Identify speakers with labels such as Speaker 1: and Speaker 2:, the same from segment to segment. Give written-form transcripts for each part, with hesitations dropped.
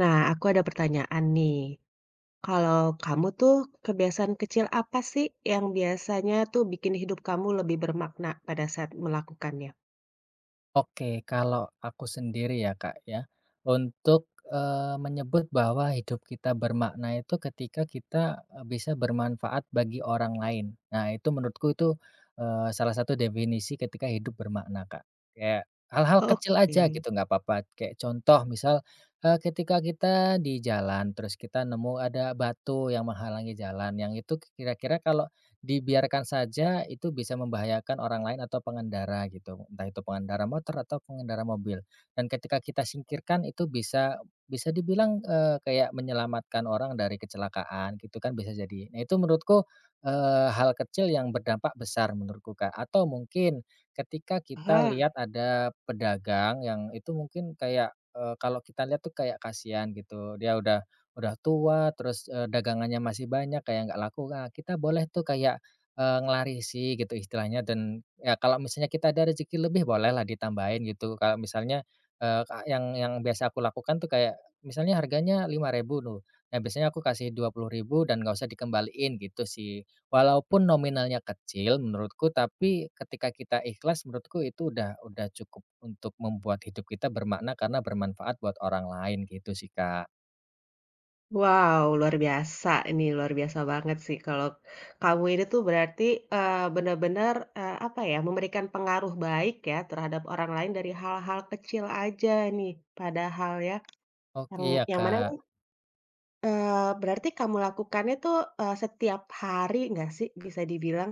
Speaker 1: Nah, aku ada pertanyaan nih. Kalau kamu tuh kebiasaan kecil apa sih yang biasanya tuh bikin hidup kamu lebih bermakna pada saat melakukannya?
Speaker 2: Oke, kalau aku sendiri ya Kak ya, untuk, menyebut bahwa hidup kita bermakna itu ketika kita, bisa bermanfaat bagi orang lain. Nah itu menurutku itu, salah satu definisi ketika hidup bermakna Kak. Kayak hal-hal kecil
Speaker 1: Oke.
Speaker 2: aja gitu nggak apa-apa, kayak contoh misal, ketika kita di jalan terus kita nemu ada batu yang menghalangi jalan yang itu kira-kira kalau dibiarkan saja itu bisa membahayakan orang lain atau pengendara gitu, entah itu pengendara motor atau pengendara mobil. Dan ketika kita singkirkan itu bisa bisa dibilang, kayak menyelamatkan orang dari kecelakaan gitu kan bisa jadi. Nah itu menurutku, hal kecil yang berdampak besar menurutku, Kak. Atau mungkin ketika kita
Speaker 1: Aha.
Speaker 2: lihat ada pedagang yang itu mungkin kayak, kalau kita lihat tuh kayak kasihan gitu, dia udah tua, terus, dagangannya masih banyak kayak nggak laku, nah kita boleh tuh kayak, ngelarisi gitu istilahnya dan ya kalau misalnya kita ada rezeki lebih bolehlah ditambahin gitu. Kalau misalnya, eee, ka yang biasa aku lakukan tuh kayak misalnya harganya 5.000 tuh, nah biasanya aku kasih 20.000 dan nggak usah dikembaliin gitu sih. Walaupun nominalnya kecil menurutku, tapi ketika kita ikhlas menurutku itu udah cukup untuk membuat hidup kita bermakna karena bermanfaat buat orang lain gitu sih, Kak.
Speaker 1: Wow, luar biasa. Ini luar biasa banget sih kalau kamu ini tuh berarti benar-benar apa ya, memberikan pengaruh baik ya terhadap orang lain dari hal-hal kecil aja nih. Padahal ya,
Speaker 2: Oke,
Speaker 1: yang
Speaker 2: iya,
Speaker 1: yang mana nih,
Speaker 2: Kak.
Speaker 1: eh, berarti kamu lakukannya tuh, setiap hari nggak sih bisa dibilang?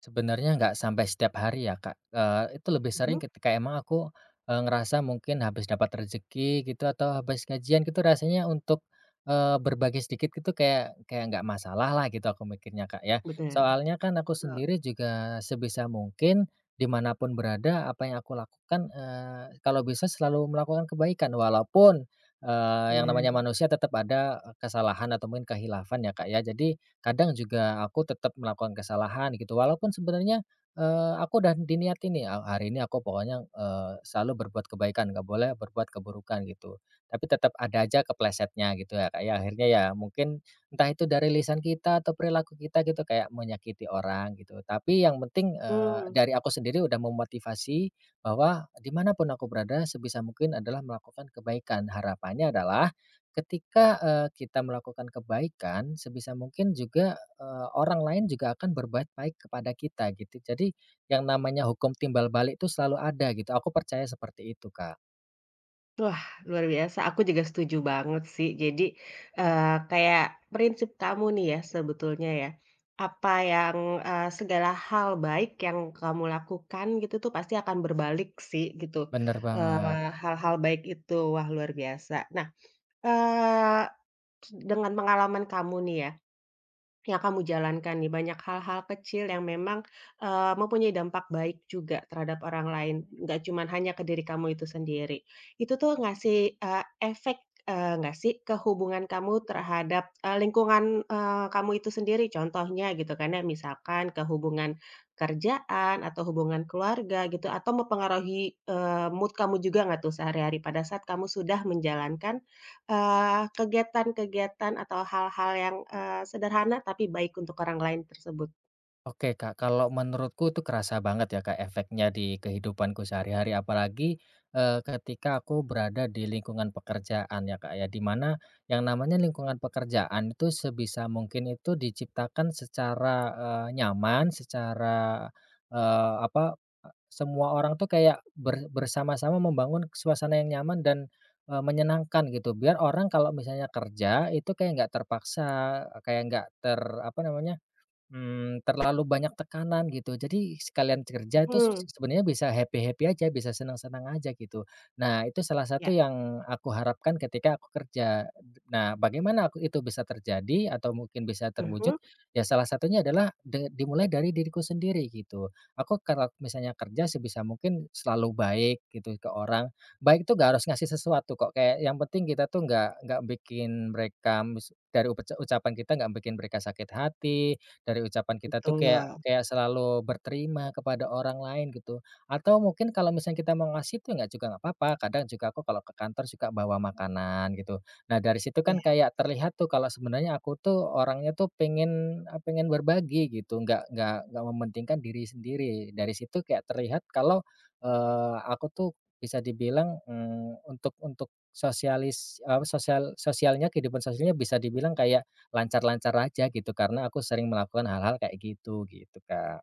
Speaker 2: Sebenarnya nggak sampai setiap hari ya, Kak, itu lebih sering
Speaker 1: Mhm,
Speaker 2: ketika emang aku, ngerasa mungkin habis dapat rezeki gitu atau habis gajian gitu rasanya untuk, berbagi sedikit gitu kayak kayak nggak masalah lah gitu aku mikirnya, Kak, ya.
Speaker 1: benar.
Speaker 2: Soalnya kan aku
Speaker 1: Betul.
Speaker 2: sendiri juga sebisa mungkin dimanapun berada apa yang aku lakukan, kalau bisa selalu melakukan kebaikan walaupun, yang namanya
Speaker 1: Bener.
Speaker 2: manusia tetap ada, kesalahan atau mungkin kehilafan ya, Kak, ya. Jadi kadang juga aku tetap melakukan kesalahan gitu, walaupun sebenarnya, aku udah diniat ini, hari ini aku pokoknya, selalu berbuat kebaikan, nggak boleh berbuat keburukan gitu. Tapi tetap ada aja keplesetnya gitu ya, kayak akhirnya ya mungkin entah itu dari lisan kita atau perilaku kita gitu, kayak menyakiti orang gitu. Tapi yang penting,
Speaker 1: Mmm,
Speaker 2: dari aku sendiri udah memotivasi bahwa dimanapun aku berada sebisa mungkin adalah melakukan kebaikan. Harapannya adalah ketika, kita melakukan kebaikan sebisa mungkin juga, orang lain juga akan berbuat baik kepada kita gitu. Jadi yang namanya hukum timbal balik itu selalu ada gitu, aku percaya seperti itu, Kak.
Speaker 1: Wah, luar biasa, aku juga setuju banget sih. Jadi, eee, kayak prinsip kamu nih ya sebetulnya ya, apa yang, segala hal baik yang kamu lakukan gitu tuh pasti akan berbalik sih gitu,
Speaker 2: Bener banget.
Speaker 1: hal-hal baik itu. Wah, luar biasa. Nah, eee, dengan pengalaman kamu nih ya, yang kamu jalankan nih, banyak hal-hal kecil yang memang, mempunyai dampak baik juga terhadap orang lain, nggak cuman hanya ke diri kamu itu sendiri. Itu tuh ngasih, efek, nggak sih ke hubungan kamu terhadap, lingkungan, kamu itu sendiri? Contohnya gitu kan ya, misalkan ke hubungan kerjaan atau hubungan keluarga gitu, atau mempengaruhi, mood kamu juga nggak tuh sehari-hari pada saat kamu sudah menjalankan kegiatan-kegiatan atau hal-hal yang, sederhana tapi baik untuk orang lain tersebut.
Speaker 2: Oke Kak, kalau menurutku itu kerasa banget ya Kak efeknya di kehidupanku sehari-hari apalagi, ketika aku berada di lingkungan pekerjaan ya Kak ya, di mana yang namanya lingkungan pekerjaan itu sebisa mungkin itu diciptakan secara, nyaman, secara, eee, apa, semua orang tuh kayak bersama-sama membangun suasana yang nyaman dan, menyenangkan gitu biar orang kalau misalnya kerja itu kayak nggak terpaksa, kayak nggak ter apa namanya, Mmm, terlalu banyak tekanan gitu. Jadi sekalian kerja itu
Speaker 1: Hmm,
Speaker 2: sebenarnya bisa happy-happy aja, bisa senang-senang aja gitu. Nah, itu salah
Speaker 1: ya.
Speaker 2: satu yang aku harapkan ketika aku kerja. Nah, bagaimana aku itu bisa terjadi atau mungkin bisa terwujud,
Speaker 1: Mhm.
Speaker 2: ya salah satunya adalah dimulai dari diriku sendiri gitu. Aku kalau misalnya kerja sebisa mungkin selalu baik gitu ke orang. Baik itu gak harus ngasih sesuatu kok, kayak yang penting kita tuh nggak bikin mereka mis dari upec ucapan kita nggak bikin mereka sakit hati, dari ucapan kita tuh
Speaker 1: Betul,
Speaker 2: kayak kayak selalu berterima kepada orang lain gitu, atau mungkin kalau misalnya kita mau ngasih tuh nggak juga nggak apa-apa, kadang juga aku kalau ke kantor suka bawa makanan gitu. Nah dari situ kan
Speaker 1: iya.
Speaker 2: kayak terlihat tuh kalau sebenarnya aku tuh orangnya tuh pengen, pengen berbagi gitu, nggak mementingkan diri sendiri. Dari situ kayak terlihat kalau, aku tuh bisa dibilang, mmm, untuk sosialis apa, sosial sosialnya kehidupan sosialnya bisa dibilang kayak lancar-lancar aja gitu, karena aku sering melakukan hal-hal kayak gitu, gitu, Kak.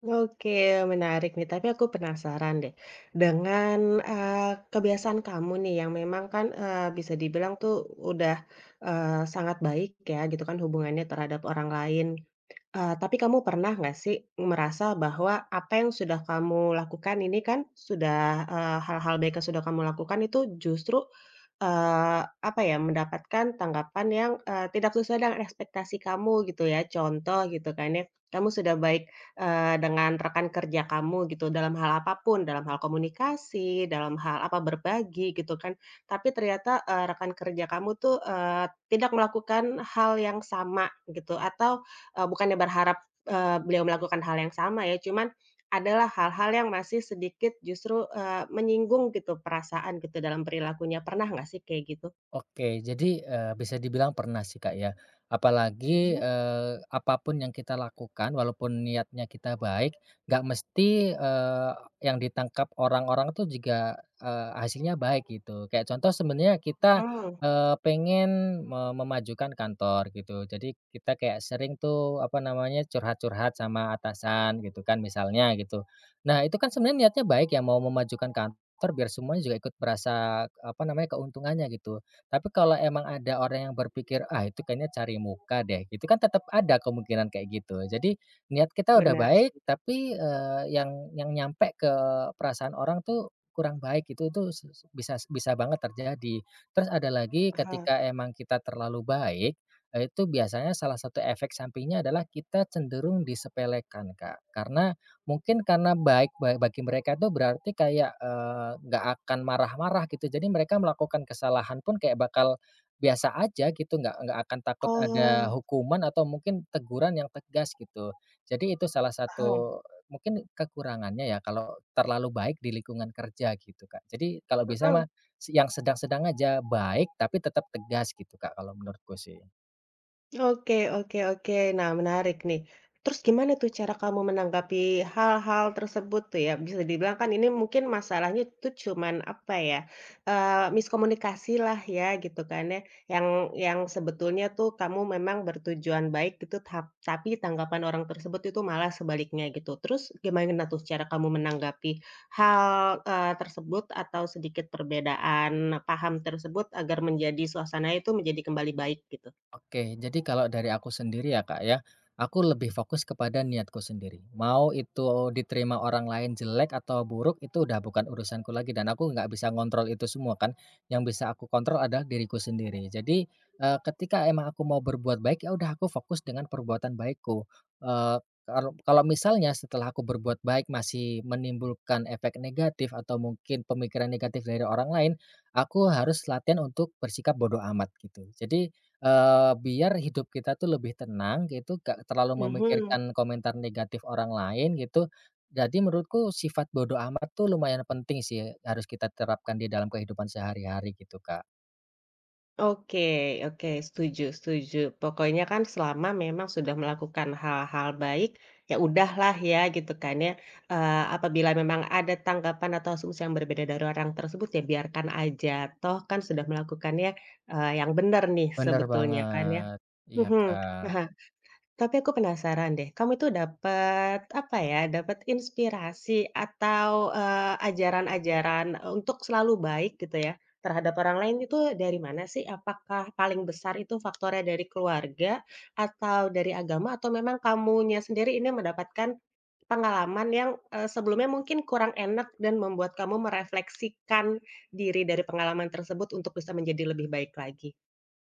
Speaker 1: Oke, menarik nih, tapi aku penasaran deh dengan, eee, kebiasaan kamu nih yang memang kan, bisa dibilang tuh udah, sangat baik ya gitu kan hubungannya terhadap orang lain. Tapi kamu pernah nggak sih merasa bahwa apa yang sudah kamu lakukan ini kan sudah, hal-hal baik yang sudah kamu lakukan itu justru, eee, apa ya, mendapatkan tanggapan yang, tidak sesuai dengan ekspektasi kamu gitu ya. Contoh gitu kan ya, kamu sudah baik, dengan rekan kerja kamu gitu dalam hal apapun, dalam hal komunikasi, dalam hal apa, berbagi gitu kan. Tapi ternyata, rekan kerja kamu tuh, tidak melakukan hal yang sama gitu atau, bukannya berharap, beliau melakukan hal yang sama ya, cuman adalah hal-hal yang masih sedikit justru, menyinggung gitu perasaan gitu dalam perilakunya. Pernah nggak sih kayak gitu?
Speaker 2: Oke, jadi, bisa dibilang pernah sih, Kak, ya. Apalagi,
Speaker 1: Mhm,
Speaker 2: apa yang kita lakukan walaupun niatnya kita baik, nggak mesti, yang ditangkap orang-orang tuh juga, hasilnya baik gitu. Kayak contoh sebenarnya kita,
Speaker 1: mhm,
Speaker 2: pengen memajukan kantor gitu. Jadi kita kayak sering tuh, apa namanya, curhat-curhat sama atasan gitu kan misalnya gitu. Nah itu kan sebenarnya niatnya baik ya, mau memajukan kantor biar semuanya juga ikut merasa, apa namanya, keuntungannya gitu. Tapi kalau emang ada orang yang berpikir, "Ah, itu kayaknya cari muka deh," itu kan tetap ada kemungkinan kayak gitu. Jadi niat kita udah
Speaker 1: bener
Speaker 2: baik,
Speaker 1: sih,
Speaker 2: tapi, eee, yang nyampe ke perasaan orang tuh kurang baik, itu se se bisa bisa banget terjadi. Terus ada lagi
Speaker 1: heeh.
Speaker 2: ketika emang kita terlalu baik, itu biasanya salah satu efek sampingnya adalah kita cenderung disepelekan, Kak. Karena mungkin karena baik bagi mereka itu berarti kayak, nggak akan marah-marah gitu. Jadi mereka melakukan kesalahan pun kayak bakal biasa aja gitu, nggak akan takut ada
Speaker 1: Oh,
Speaker 2: hukuman atau mungkin teguran yang tegas gitu. Jadi itu salah
Speaker 1: heeh,
Speaker 2: satu mungkin kekurangannya ya kalau terlalu baik di lingkungan kerja gitu, Kak. Jadi kalau bisa
Speaker 1: mhm.
Speaker 2: mah, yang sedang-sedang aja, baik tapi tetap tegas gitu, Kak, kalau menurutku sih.
Speaker 1: Oke, oke, oke. Nah, menarik nih. Terus gimana tuh cara kamu menanggapi hal-hal tersebut tuh ya? Bisa dibilang kan ini mungkin masalahnya tuh cuman apa ya, miskomunikasi lah ya gitu kan ya, yang yang sebetulnya tuh kamu memang bertujuan baik gitu, tapi tanggapan orang tersebut itu malah sebaliknya gitu. Terus gimana tuh cara kamu menanggapi hal, tersebut atau sedikit perbedaan paham tersebut agar menjadi suasana itu menjadi kembali baik gitu?
Speaker 2: Oke, jadi kalau dari aku sendiri ya, Kak, ya, aku lebih fokus kepada niatku sendiri. Mau itu diterima orang lain jelek atau buruk itu udah bukan urusanku lagi dan aku nggak bisa ngontrol itu semua kan. Yang bisa aku kontrol adalah diriku sendiri. Jadi, ketika emang aku mau berbuat baik, ya udah aku fokus dengan perbuatan baikku. Eee, kalau kalau misalnya setelah aku berbuat baik masih menimbulkan efek negatif atau mungkin pemikiran negatif dari orang lain, aku harus latihan untuk bersikap bodoh amat gitu. Biar hidup kita tuh lebih tenang gitu, nggak terlalu
Speaker 1: Mhm.
Speaker 2: memikirkan komentar negatif orang lain gitu. Jadi menurutku sifat bodo amat tuh lumayan penting sih, harus kita terapkan di dalam kehidupan sehari-hari gitu, Kak.
Speaker 1: Oke, oke, setuju, setuju. Pokoknya kan selama memang sudah melakukan hal-hal baik, ya udahlah ya gitu kan ya, apabila memang ada tanggapan atau asumsi yang berbeda dari orang tersebut ya biarkan aja, toh kan sudah melakukannya, yang benar nih
Speaker 2: Bener
Speaker 1: sebetulnya kan ya,
Speaker 2: banget. Iya,
Speaker 1: mhm.
Speaker 2: Kak.
Speaker 1: Tapi aku penasaran deh, kamu itu dapat apa ya, dapat inspirasi atau, ajaran-ajaran, untuk selalu baik gitu ya, terhadap orang lain itu dari mana sih? Apakah paling besar itu faktornya dari keluarga, atau dari agama, atau memang kamunya sendiri ini mendapatkan pengalaman yang, sebelumnya mungkin kurang enak dan membuat kamu merefleksikan diri dari pengalaman tersebut untuk bisa menjadi lebih baik lagi?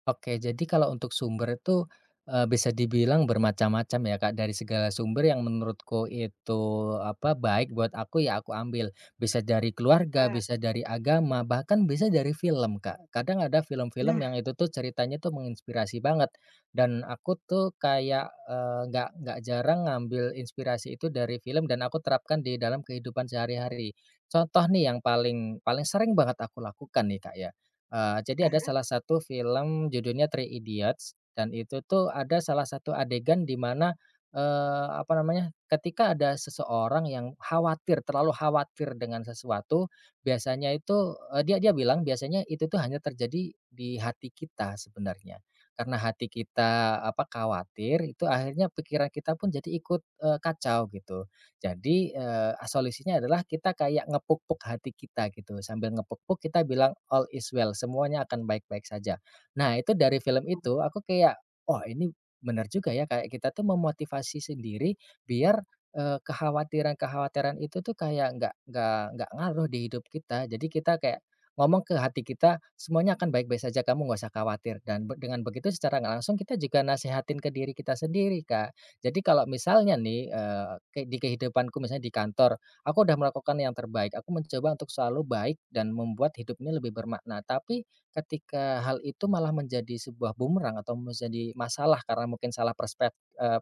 Speaker 2: Oke, jadi kalau untuk sumber itu, bisa dibilang bermacam-macam ya, Kak, dari segala sumber yang menurutku itu, apa, baik buat aku ya aku ambil. Bisa dari keluarga,
Speaker 1: Ah.
Speaker 2: bisa dari agama, bahkan bisa dari film, Kak. Kadang ada film-film
Speaker 1: Nah,
Speaker 2: yang itu tuh ceritanya tuh menginspirasi banget dan aku tuh kayak, eee, nggak jarang ngambil inspirasi itu dari film dan aku terapkan di dalam kehidupan sehari-hari. Contoh nih yang paling paling sering banget aku lakukan nih, Kak, ya. Jadi ada
Speaker 1: aha,
Speaker 2: salah satu film judulnya Three Idiots dan itu tuh ada salah satu adegan di mana, apa namanya, ketika ada seseorang yang khawatir, terlalu khawatir dengan sesuatu, biasanya itu, eee, dia dia bilang biasanya itu tuh hanya terjadi di hati kita sebenarnya. Karena hati kita, apa, khawatir, itu akhirnya pikiran kita pun jadi ikut, kacau gitu. Jadi, solusinya adalah kita kayak ngepuk-puk hati kita gitu, sambil ngepuk-puk kita bilang, "All is well," semuanya akan baik-baik saja. Nah, itu dari film itu aku kayak, "Oh, ini benar juga ya," kayak kita tuh memotivasi sendiri biar, kekhawatiran-kekhawatiran itu tuh kayak nggak ngaruh di hidup kita. Jadi kita kayak ngomong ke hati kita, "Semuanya akan baik-baik saja, kamu nggak usah khawatir." Dan dengan begitu secara nggak langsung kita juga nasihatin ke diri kita sendiri, Kak. Jadi kalau misalnya nih, eee, ke di kehidupanku misalnya di kantor, aku udah melakukan yang terbaik, aku mencoba untuk selalu baik dan membuat hidup ini lebih bermakna. Tapi ketika hal itu malah menjadi sebuah bumerang atau menjadi masalah karena mungkin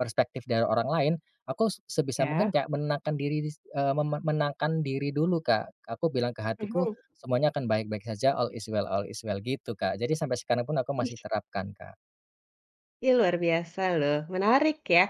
Speaker 2: perspektif dari orang lain, aku sebisa mungkin
Speaker 1: ya,
Speaker 2: kayak menenangkan diri dis eee, meme menenangkan diri dulu, Kak. Aku bilang ke hatiku,
Speaker 1: mhm.
Speaker 2: "Semuanya akan baik-baik saja, all is well," gitu, Kak. Jadi sampai sekarang pun aku masih terapkan, Kak.
Speaker 1: Ih, luar biasa loh, menarik ya.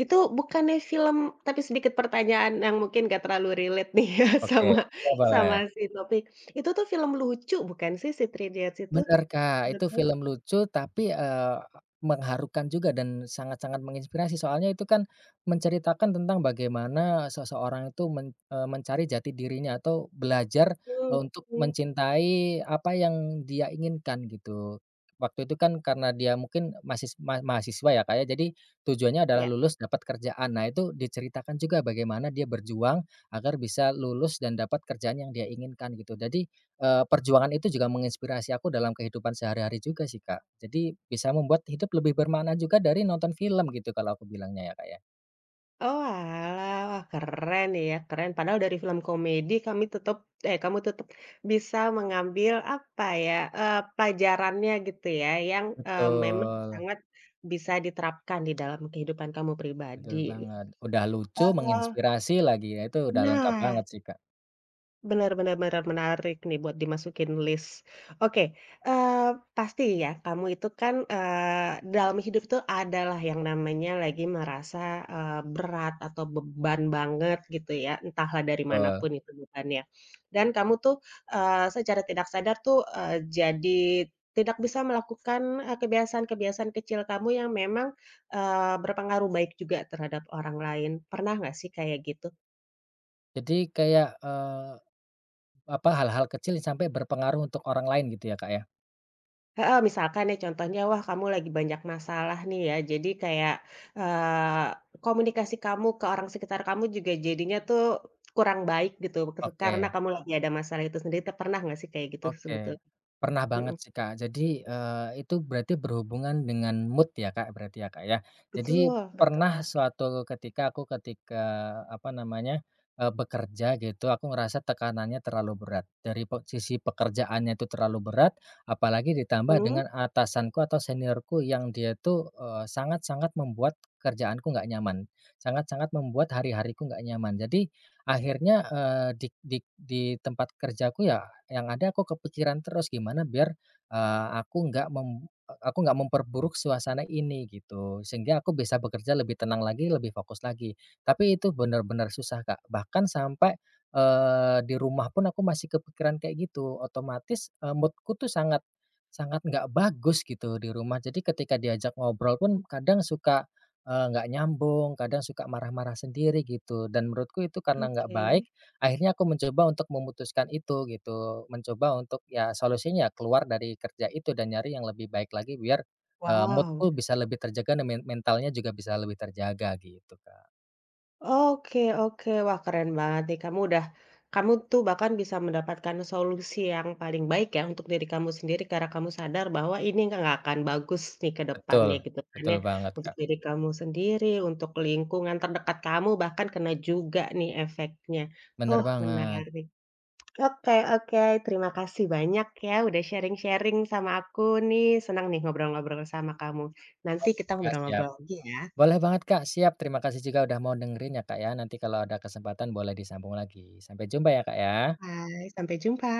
Speaker 1: Itu bukannya film, tapi sedikit pertanyaan yang mungkin nggak terlalu relate nih ya,
Speaker 2: Oke,
Speaker 1: sama
Speaker 2: iya boleh.
Speaker 1: sama si topik. Itu tuh film lucu bukan sih, si Three Idiots itu
Speaker 2: Bener, Kak, itu
Speaker 1: sebetulnya?
Speaker 2: film lucu tapi, mengharukan juga dan sangat-sangat menginspirasi. Soalnya itu kan menceritakan tentang bagaimana seseorang itu mencari jati dirinya atau belajar, untuk
Speaker 1: Mhm,
Speaker 2: mencintai apa yang dia inginkan gitu. Waktu itu kan karena dia mungkin masis ma mahasiswa ya, Kak, ya, jadi tujuannya adalah
Speaker 1: ya.
Speaker 2: lulus dapat kerjaan. Nah, itu diceritakan juga bagaimana dia berjuang agar bisa lulus dan dapat kerjaan yang dia inginkan gitu. Perjuangan itu juga menginspirasi aku dalam kehidupan sehari-hari juga sih, Kak. Jadi bisa membuat hidup lebih bermakna juga dari nonton film gitu kalau aku bilangnya ya, Kak, ya.
Speaker 1: Oalah, wah, keren ya, keren. Padahal dari film komedi kamu tetap bisa mengambil apa ya, pelajarannya gitu ya yang, memang
Speaker 2: Betul,
Speaker 1: sangat bisa diterapkan di dalam kehidupan kamu
Speaker 2: betul
Speaker 1: pribadi.
Speaker 2: banget. Udah lucu, menginspirasi lagi, ya itu udah lengkap
Speaker 1: Nah,
Speaker 2: banget sih, Kak.
Speaker 1: benar, benar, benar, menarik nih buat dimasukin list. Oke, eee, pasti ya kamu itu kan, dalam hidup itu adalah yang namanya lagi merasa, berat atau beban banget gitu ya, entahlah dari manapun
Speaker 2: Betul.
Speaker 1: pun itu bebannya. Dan kamu tuh, secara tidak sadar tuh, jadi tidak bisa melakukan, kebiasaan-kebiasaan kecil kamu yang memang, berpengaruh baik juga terhadap orang lain. Pernah nggak sih kayak gitu?
Speaker 2: Jadi kayak, apa, hal-hal kecil sampai berpengaruh untuk orang lain gitu ya, Kak, ya?
Speaker 1: Heeh, misalkan ya, contohnya, wah kamu lagi banyak masalah nih ya, jadi kayak, komunikasi kamu ke orang sekitar kamu juga jadinya tuh kurang baik gitu, karena
Speaker 2: Oke.
Speaker 1: kamu lagi ada masalah itu sendiri tuh, pernah nggak sih kayak gitu,
Speaker 2: Oke, pernah
Speaker 1: mhm,
Speaker 2: banget sih, Kak. Jadi, itu berarti berhubungan dengan mood ya, Kak, berarti ya, Kak, ya. Jadi
Speaker 1: betul.
Speaker 2: pernah
Speaker 1: Betul.
Speaker 2: suatu ketika aku ketika, apa namanya, bekerja gitu, aku ngerasa tekanannya terlalu berat. Dari sisi pekerjaannya itu terlalu berat, apalagi ditambah
Speaker 1: Hmm,
Speaker 2: dengan atasanku atau seniorku yang dia tuh, sangat-sangat membuat kerjaanku nggak nyaman, sangat-sangat membuat hari-hariku nggak nyaman. Jadi akhirnya, eee, di tempat kerjaku ya yang ada aku kepikiran terus gimana biar, eee, aku nggak mem aku nggak memperburuk suasana ini gitu, sehingga aku bisa bekerja lebih tenang lagi, lebih fokus lagi. Tapi itu benar-benar susah, Kak, bahkan sampai, di rumah pun aku masih kepikiran kayak gitu, otomatis, mood tuh sangat sangat nggak bagus gitu di rumah. Jadi ketika diajak ngobrol pun kadang suka, nggak nyambung, kadang suka marah-marah sendiri gitu dan menurutku itu karena nggak baik.
Speaker 1: oke.
Speaker 2: Akhirnya aku mencoba untuk memutuskan itu gitu, mencoba untuk ya solusinya keluar dari kerja itu dan nyari yang lebih baik lagi biar, mood
Speaker 1: Wow.
Speaker 2: bisa lebih terjaga dan mentalnya juga bisa lebih terjaga gitu, Kak.
Speaker 1: Oke, oke. Wah, keren banget nih kamu udah, kamu tuh bahkan bisa mendapatkan solusi yang paling baik ya untuk diri kamu sendiri karena kamu sadar bahwa ini nggak akan bagus nih ke
Speaker 2: Betul,
Speaker 1: depannya gitu kan
Speaker 2: betul
Speaker 1: ya,
Speaker 2: banget,
Speaker 1: untuk
Speaker 2: Kak.
Speaker 1: diri kamu sendiri, untuk lingkungan terdekat kamu bahkan kena juga nih efeknya.
Speaker 2: Bener
Speaker 1: Oh,
Speaker 2: banget,
Speaker 1: menarik. Oke, oke, terima kasih banyak ya udah sharing-sharing sama aku nih, senang nih ngobrol-ngobrol sama kamu. Nanti kita
Speaker 2: Kak, siap.
Speaker 1: ngobrol-ngobrol lagi ya.
Speaker 2: Boleh banget, Kak, siap. Terima kasih juga udah mau dengerin ya, Kak, ya. Nanti kalau ada kesempatan boleh disambung lagi. Sampai jumpa ya, Kak, ya.
Speaker 1: Bye, sampai jumpa.